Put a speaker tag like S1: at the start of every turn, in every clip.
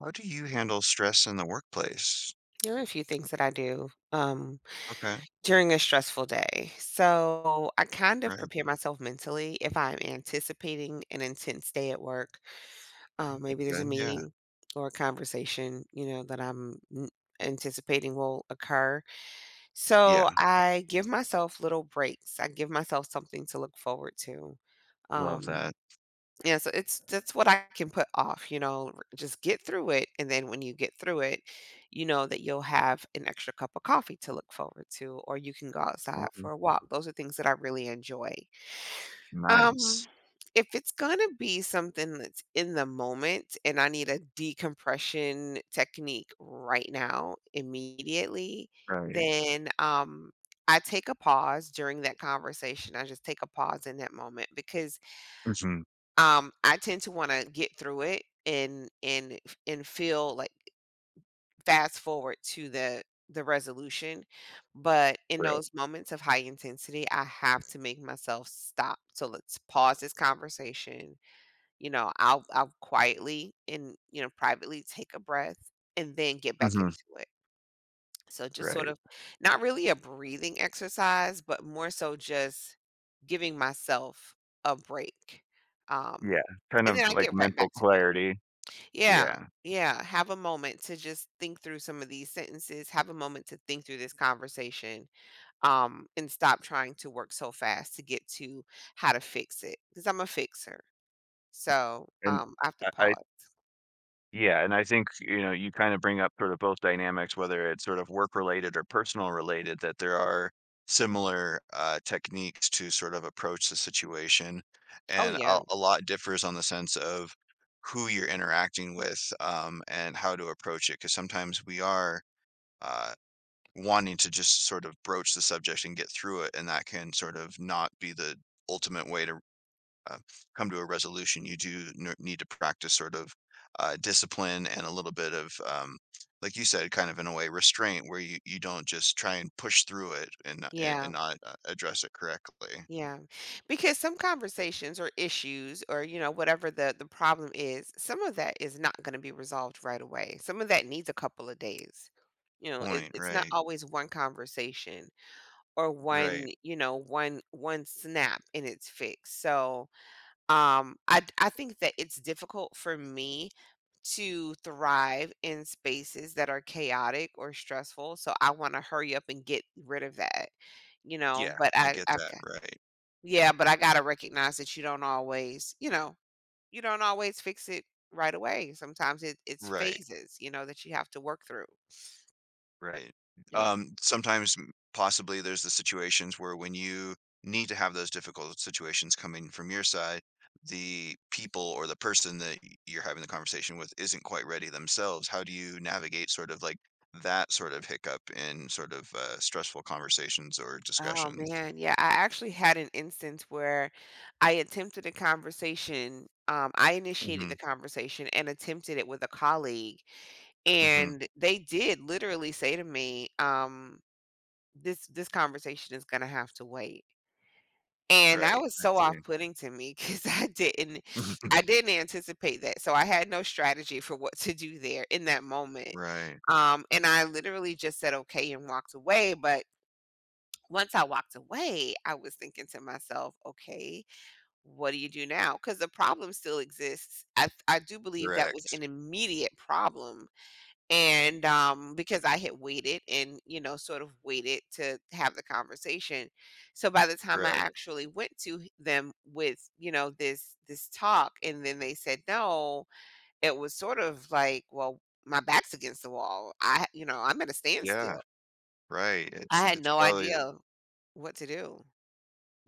S1: How do you handle stress in the workplace?
S2: There are a few things that I do
S1: Okay.
S2: during a stressful day. So I kind of
S1: Right.
S2: prepare myself mentally if I'm anticipating an intense day at work. Maybe there's a
S1: Good, yeah.
S2: meeting or a conversation, that I'm anticipating will occur. So
S1: Yeah,
S2: I give myself little breaks. I give myself something to look forward to.
S1: love
S2: Um,
S1: that.
S2: yeah, so it's that's what I can put off, just get through it. And then when you get through it, you know that you'll have an extra cup of coffee to look forward to, or you can go outside
S1: Oh,
S2: for a walk. Those are things that I really enjoy.
S1: nice.
S2: Um, if it's gonna be something that's in the moment and I need a decompression technique right now, immediately,
S1: Right.
S2: then I take a pause during that conversation. I just take a pause in that moment because
S1: Mhm.
S2: I tend to wanna get through it and feel, like, fast forward to the resolution, but in
S1: Right.
S2: those moments of high intensity, I have to make myself stop. So let's pause this conversation. I'll quietly and privately take a breath and then get back
S1: Mhm.
S2: into it. So just sort
S1: Right.
S2: of not really a breathing exercise, but more so just giving myself a break. Um,
S1: Yeah, kind
S2: and
S1: of
S2: then I
S1: like
S2: get right
S1: mental
S2: back to it.
S1: clarity.
S2: Yeah.
S1: Yeah,
S2: Yeah. Have a moment to just think through some of these sentences, have a moment to think through this conversation, and stop trying to work so fast to get to how to fix it because I'm a fixer. So
S1: and
S2: I have to
S1: I
S2: pause.
S1: yeah, and I think, you know, you kind of bring up sort of both dynamics, whether it's sort of work related or personal related, that there are similar techniques to sort of approach the situation.
S2: Oh,
S1: And a,
S2: yeah.
S1: a lot differs on the sense of who you're interacting with and how to approach it. Because sometimes we are uh, wanting to just sort of broach the subject and get through it, and that can sort of not be the ultimate way to uh, come to a resolution. You do n- need to practice sort of discipline and a little bit of, like you said, kind of in a way restraint, where you don't just try and push through it and not- and
S2: Yeah.
S1: not address it correctly.
S2: Yeah. Because some conversations or issues or whatever the problem is, some of that is not going to be resolved right away. Some of that needs a couple of days. You know, it,
S1: Point.
S2: it's not
S1: Right.
S2: always one conversation or
S1: Right.
S2: one, you know, one one snap and it's fixed. So, I think that it's difficult for me to thrive in spaces that are chaotic or stressful. So I want to hurry up and get rid of that.
S1: Yeah,
S2: But
S1: I
S2: I,
S1: get
S2: I've
S1: that. Right.
S2: yeah, but I gotta recognize that you don't always, you don't always fix it right away. Sometimes it's
S1: Right.
S2: phases that you have to work through.
S1: Right.
S2: Yeah.
S1: Sometimes m- possibly there's the situations where when you need to have those difficult situations coming from your side, the people or the person that y- you're having the conversation with isn't quite ready themselves. How do you navigate sort of like that sort of hiccup in sort of stressful conversations or
S2: Oh
S1: discussions?
S2: man, yeah. I actually had an instance where I attempted a conversation. I initiated
S1: Hmm.
S2: the conversation and attempted it with a colleague,
S1: Hmm.
S2: and they did literally say to me, "This conversation is gonna have to wait." And that
S1: Right.
S2: was
S1: I
S2: so
S1: see.
S2: off-putting to me because I didn't I didn't anticipate that, so I had no strategy for what to do there in that moment,
S1: Right.
S2: um, and I literally just said, "Okay," and walked away, but once I walked away, I was thinking to myself, "Okay, what do you do now? Because the problem still exists. I do believe that was
S1: Correct.
S2: an immediate problem and because I had waited and sort of waited to have the conversation, so by the time I
S1: Correct.
S2: actually went to them with this talk, and then they said no. It was sort of like, well, my back's against the wall. I you know i'm at a
S1: Yeah.
S2: standstill.
S1: Right. It's
S2: I had
S1: it's
S2: no
S1: probably
S2: idea what to do."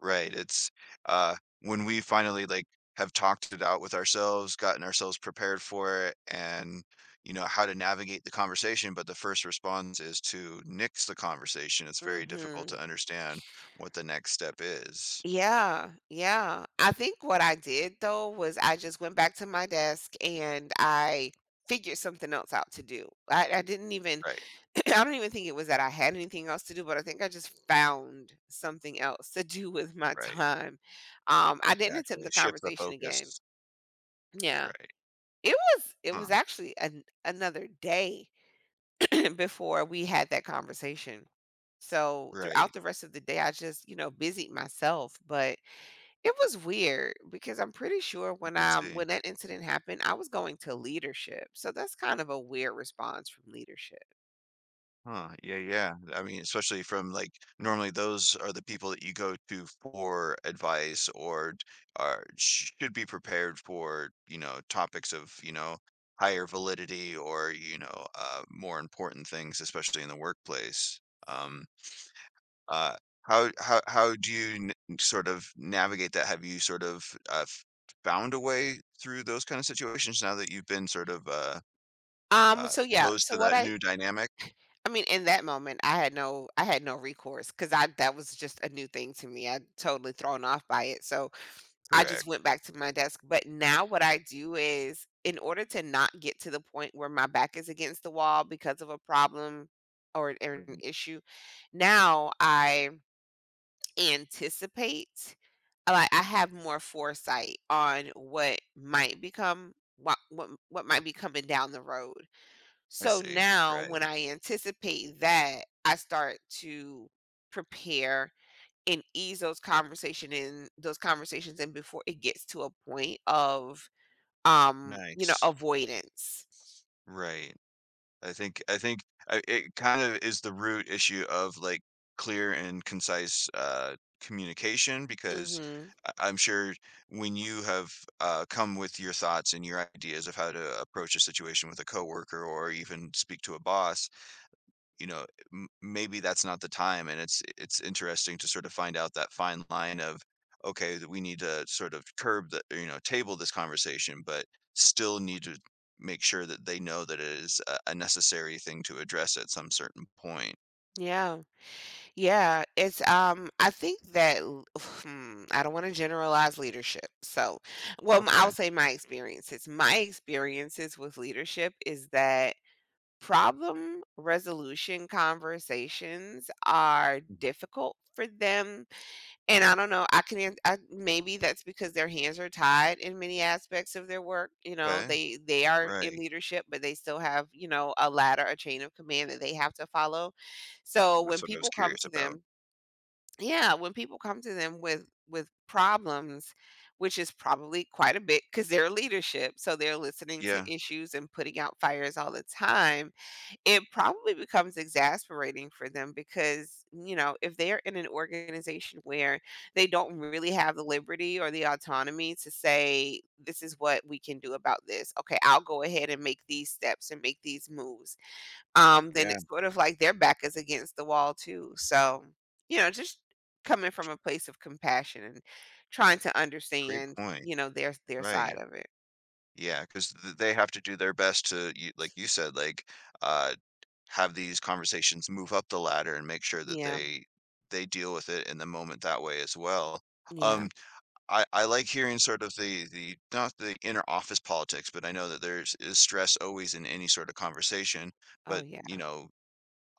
S1: right. It's, uh, when we finally, like, have talked it out with ourselves, gotten ourselves prepared for it, and, you know, how to navigate the conversation, but the first response is to nix the conversation, it's very difficult to
S2: Mhm.
S1: understand what the next step is.
S2: Yeah, yeah, I think what I did though was I just went back to my desk and I figured something else out to do. I didn't even
S1: Right.
S2: I don't even think it was that I had anything else to do, but I think I just found something else to do with my
S1: Right.
S2: time. I didn't attempt
S1: Exactly,
S2: the
S1: shift the
S2: conversation again.
S1: focus.
S2: Yeah.
S1: Right.
S2: It was
S1: Huh.
S2: actually another day before we had that conversation. So
S1: Right.
S2: throughout the rest of the day, I just busied myself. But it was weird because I'm pretty sure
S1: You could see.
S2: when that incident happened, I was going to leadership. So that's kind of a weird response from leadership.
S1: Huh, yeah, yeah. I mean, especially from, like, normally those are the people that you go to for advice or are should be prepared for, you know, topics of, you know, higher validity or, you know, more important things, especially in the workplace. Um, uh, how do you n sort of navigate that? Have you sort of, f found a way through those kind of situations now that you've been sort of,
S2: So yeah,
S1: exposed
S2: so
S1: to
S2: what
S1: that new dynamic?
S2: I mean, in that moment, I had no recourse because I that was just a new thing to me. I totally thrown off by it. So, I
S1: Correct.
S2: just went back to my desk, but now what I do is in order to not get to the point where my back is against the wall because of a problem or an issue, now I anticipate like, I have more foresight on what might become what might be coming down the road.
S1: I
S2: So
S1: see.
S2: now
S1: Right.
S2: when I anticipate that, I start to prepare and ease those conversations in before it gets to a point of
S1: Nice.
S2: avoidance.
S1: Right. I think it kind of is the root issue of, like, clear and concise, communication because
S2: Mhm.
S1: I'm sure when you have, come with your thoughts and your ideas of how to approach a situation with a coworker or even speak to a boss, you know, m- maybe that's not the time. And it's interesting to sort of find out that fine line of okay, that we need to sort of curb the, you know, table this conversation, but still need to make sure that they know that it is a necessary thing to address at some certain point.
S2: Yeah. Yeah, it's I think that I don't want to generalize leadership. So, well, I'll
S1: Okay.
S2: say my experiences. My experiences with leadership is that problem resolution conversations are difficult for them, and I don't know, I can an I maybe that's because their hands are tied in many aspects of their work,
S1: Okay.
S2: they are in
S1: Right.
S2: leadership, but they still have, a ladder, a chain of command that they have to follow. So,
S1: That's
S2: when
S1: what I was
S2: people come
S1: curious
S2: to
S1: about.
S2: them Yeah, when people come to them with problems, which is probably quite a bit because 'cause they're leadership, so they're listening to
S1: Yeah.
S2: issues and putting out fires all the time, it probably becomes exasperating for them because, if they're in an organization where they don't really have the liberty or the autonomy to say, "This is what we can do about this. Okay, I'll go ahead and make these steps and make these moves." Then
S1: Yeah.
S2: it's sort of like their back is against the wall too. So, just coming from a place of compassion and trying to
S1: Great
S2: understand,
S1: point.
S2: their side
S1: Right.
S2: of it.
S1: Yeah, because they have to do their best to, you- like you said, like, uh, have these conversations move up the ladder and make sure that
S2: Yeah.
S1: they deal with it in the moment that way as well.
S2: Yeah.
S1: Um, I like hearing sort of the not the inner office politics, but I know that there's is stress always in any sort of conversation.
S2: Oh,
S1: But you
S2: yeah.
S1: know,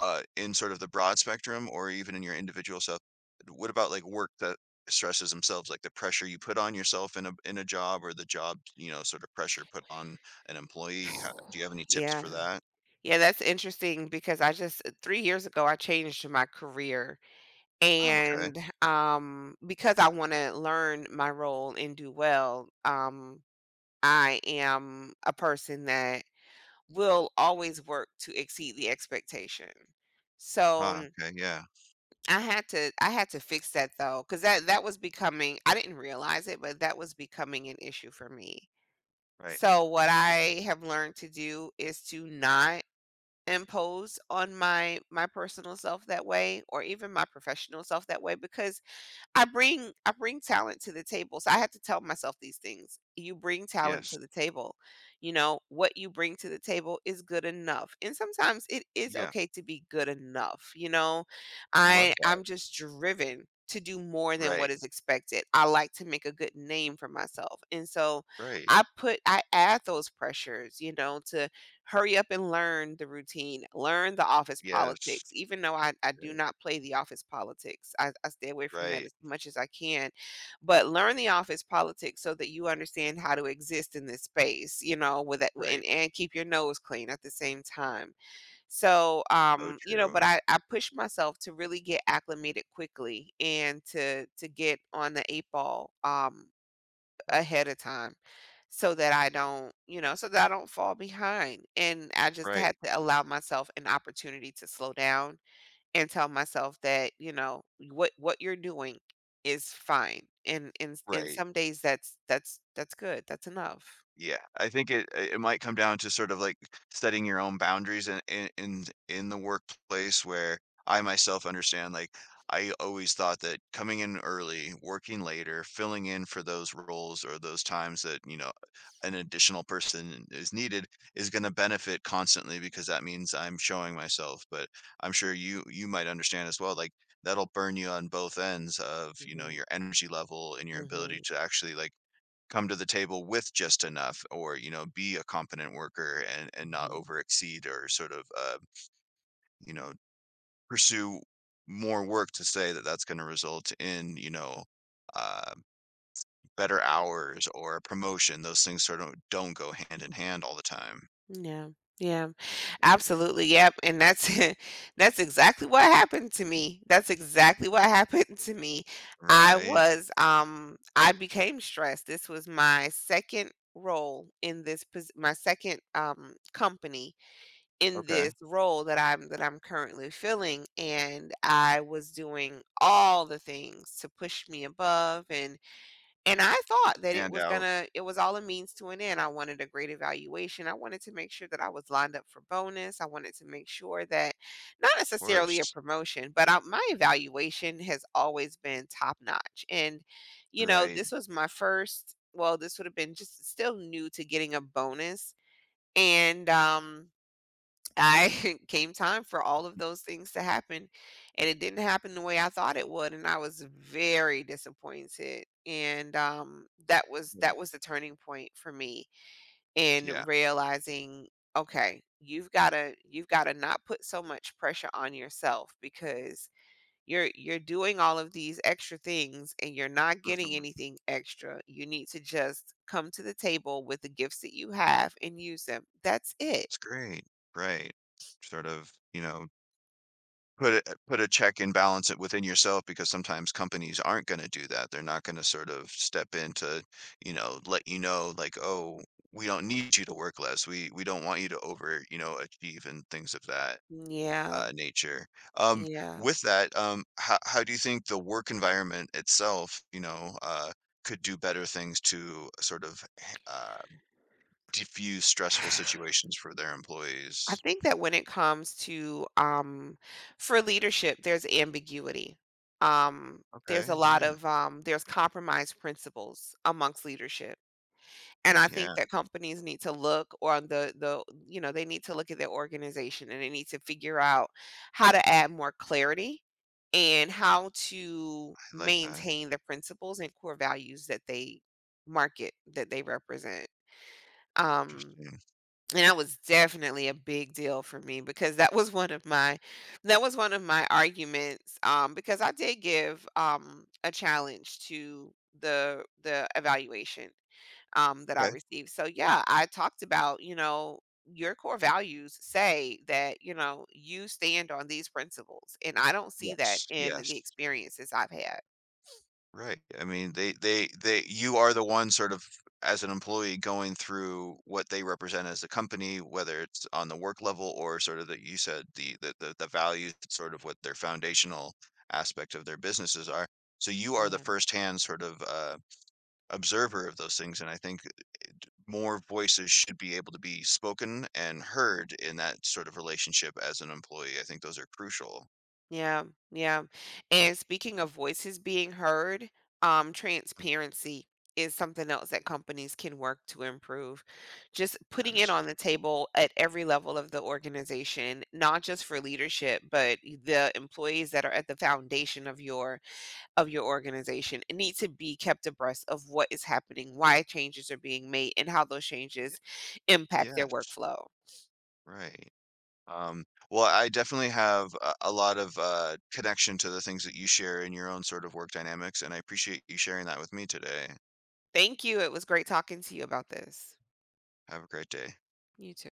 S1: in sort of the broad spectrum, or even in your individual self, what about like work that stresses themselves, like the pressure you put on yourself in a job, or the job, you know, sort of pressure put on an employee? How, do you have any tips
S2: Yeah.
S1: for that?
S2: Yeah, that's interesting because I just 3 years ago, I changed my career
S1: Oh, okay.
S2: and, because I wanna learn my role and do well, I am a person that will always work to exceed the expectation. So,
S1: Ah, okay. Yeah.
S2: I had to fix that though because that was becoming I didn't realize it, but that was becoming an issue for me.
S1: Right.
S2: So, what
S1: It
S2: I have learned to do is to not impose on my personal self that way or even my professional self that way because I bring talent to the table. So I had to tell myself these things. You bring talent
S1: yes.
S2: to the table. You know, what you bring to the table is good enough. And sometimes it is
S1: Yeah,
S2: okay to be good enough. You know, I
S1: love that.
S2: I'm just driven to do more than what
S1: Right,
S2: is expected. I like to make a good name for myself. And so
S1: right.
S2: I add those pressures, to hurry up and learn the routine, learn the office
S1: Yes.
S2: politics, even though I do
S1: Right,
S2: not play the office politics, I stay away from that
S1: right,
S2: as much as I can, but learn the office politics so that you understand how to exist in this space, with that
S1: right.
S2: and and keep your nose clean at the same time. So,
S1: So true.
S2: but I pushed myself to really get acclimated quickly and to get on the 8 ball,
S1: Yep.
S2: ahead of time so that I don't, so that I don't fall behind. And I just
S1: Right,
S2: had to allow myself an opportunity to slow down and tell myself that, what you're doing is fine. And in
S1: right.
S2: some days that's good. That's enough.
S1: Yeah, I think it it might come down to sort of, like, setting your own boundaries in in the workplace where I myself understand, like, I always thought that coming in early, working later, filling in for those roles or those times that, you know, an additional person is needed is gonna benefit constantly because that means I'm showing myself, but I'm sure you might understand as well, like, that'll burn you on both ends of, you know,
S2: Mhm.
S1: your energy level and your ability
S2: Mhm.
S1: to actually, like, come to the table with just enough or, you know, be a competent worker and not
S2: Mhm.
S1: over exceed or sort of you know, pursue more work to say that that's going to result in, you know, uh, better hours or a promotion. Those things sort of don't go hand in hand all the time.
S2: Yeah. Yeah. Absolutely. Yep. And that's that's exactly what happened to me. That's exactly what happened to me.
S1: Right.
S2: I became stressed. This was my second role in this my second company in
S1: Okay.
S2: this role that I'm currently filling, and I was doing all the things to push me above and I thought that
S1: Hand out.
S2: it was all a means to an end. I wanted a great evaluation. I wanted to make sure that I was lined up for bonus. I wanted to make sure that not necessarily a
S1: Worst.
S2: promotion, but my evaluation has always been top notch. And you know,
S1: Right.
S2: this was well, this would have been just still new to getting a bonus. And I came time for all of those things to happen, and it didn't happen the way I thought it would, and I was very disappointed. And that was
S1: Right.
S2: that was the turning point for me
S1: Yeah.
S2: in realizing, okay, you've gotta not put so much pressure on yourself because you're doing all of these extra things and you're not getting
S1: Mhm.
S2: anything extra. You need to just come to the table with the gifts that you have and use them. That's it.
S1: It's great. Right. Sort of, you know, put it, put a check and balance it within yourself because sometimes companies aren't going to do that. They're not going to sort of step in to, you know, let you know like, oh, we don't need you to work less. We don't want you to over, you know, achieve and things of that
S2: Yeah,
S1: nature. Um,
S2: yeah.
S1: with that, how do you think the work environment itself, you know, could do better things to sort of uh, diffuse stressful situations for their
S2: I
S1: employees?
S2: think that when it comes to for leadership, there's ambiguity. There's a
S1: Okay,
S2: lot
S1: yeah.
S2: of there's compromise principles amongst leadership. And I think
S1: Yeah,
S2: that companies need to look on the you know, they need to look at their organization and they need to figure out how to add more clarity and how to
S1: I like that.
S2: maintain the principles and core values that they represent. Um
S1: Interesting.
S2: And that was definitely a big deal for me because that was one of my that was one of my arguments, because I did give a challenge to the evaluation, that I received. So, yeah, I talked about, your core values say that, you stand on these principles, and I don't see that
S1: Yes,
S2: in the
S1: yes.
S2: experiences I've had.
S1: Right. I mean, they you are the one sort of as an employee going through what they represent as a company, whether it's on the work level or sort of that you said the the values, sort of what their foundational aspect of their businesses are. So you are the
S2: Yeah.
S1: firsthand sort of observer of those things, and I think d- more voices should be able to be spoken and heard in that sort of relationship as an employee. I think those are crucial.
S2: Yeah, yeah. And speaking of voices being heard, transparency is something else that companies can work to improve. Just
S1: That
S2: putting it
S1: is,
S2: on the table at every level of the organization, not just for leadership, but the employees that are at the foundation of your organization need to be kept abreast of what is happening, why changes are being made, and how those
S1: y-
S2: changes impact their
S1: yes,
S2: workflow.
S1: right. Um, well, I definitely have a lot of connection to the things that you share in your own sort of work dynamics, and I appreciate you sharing that with me today.
S2: Thank you. It was great talking to you about this.
S1: Have a great day.
S2: You too.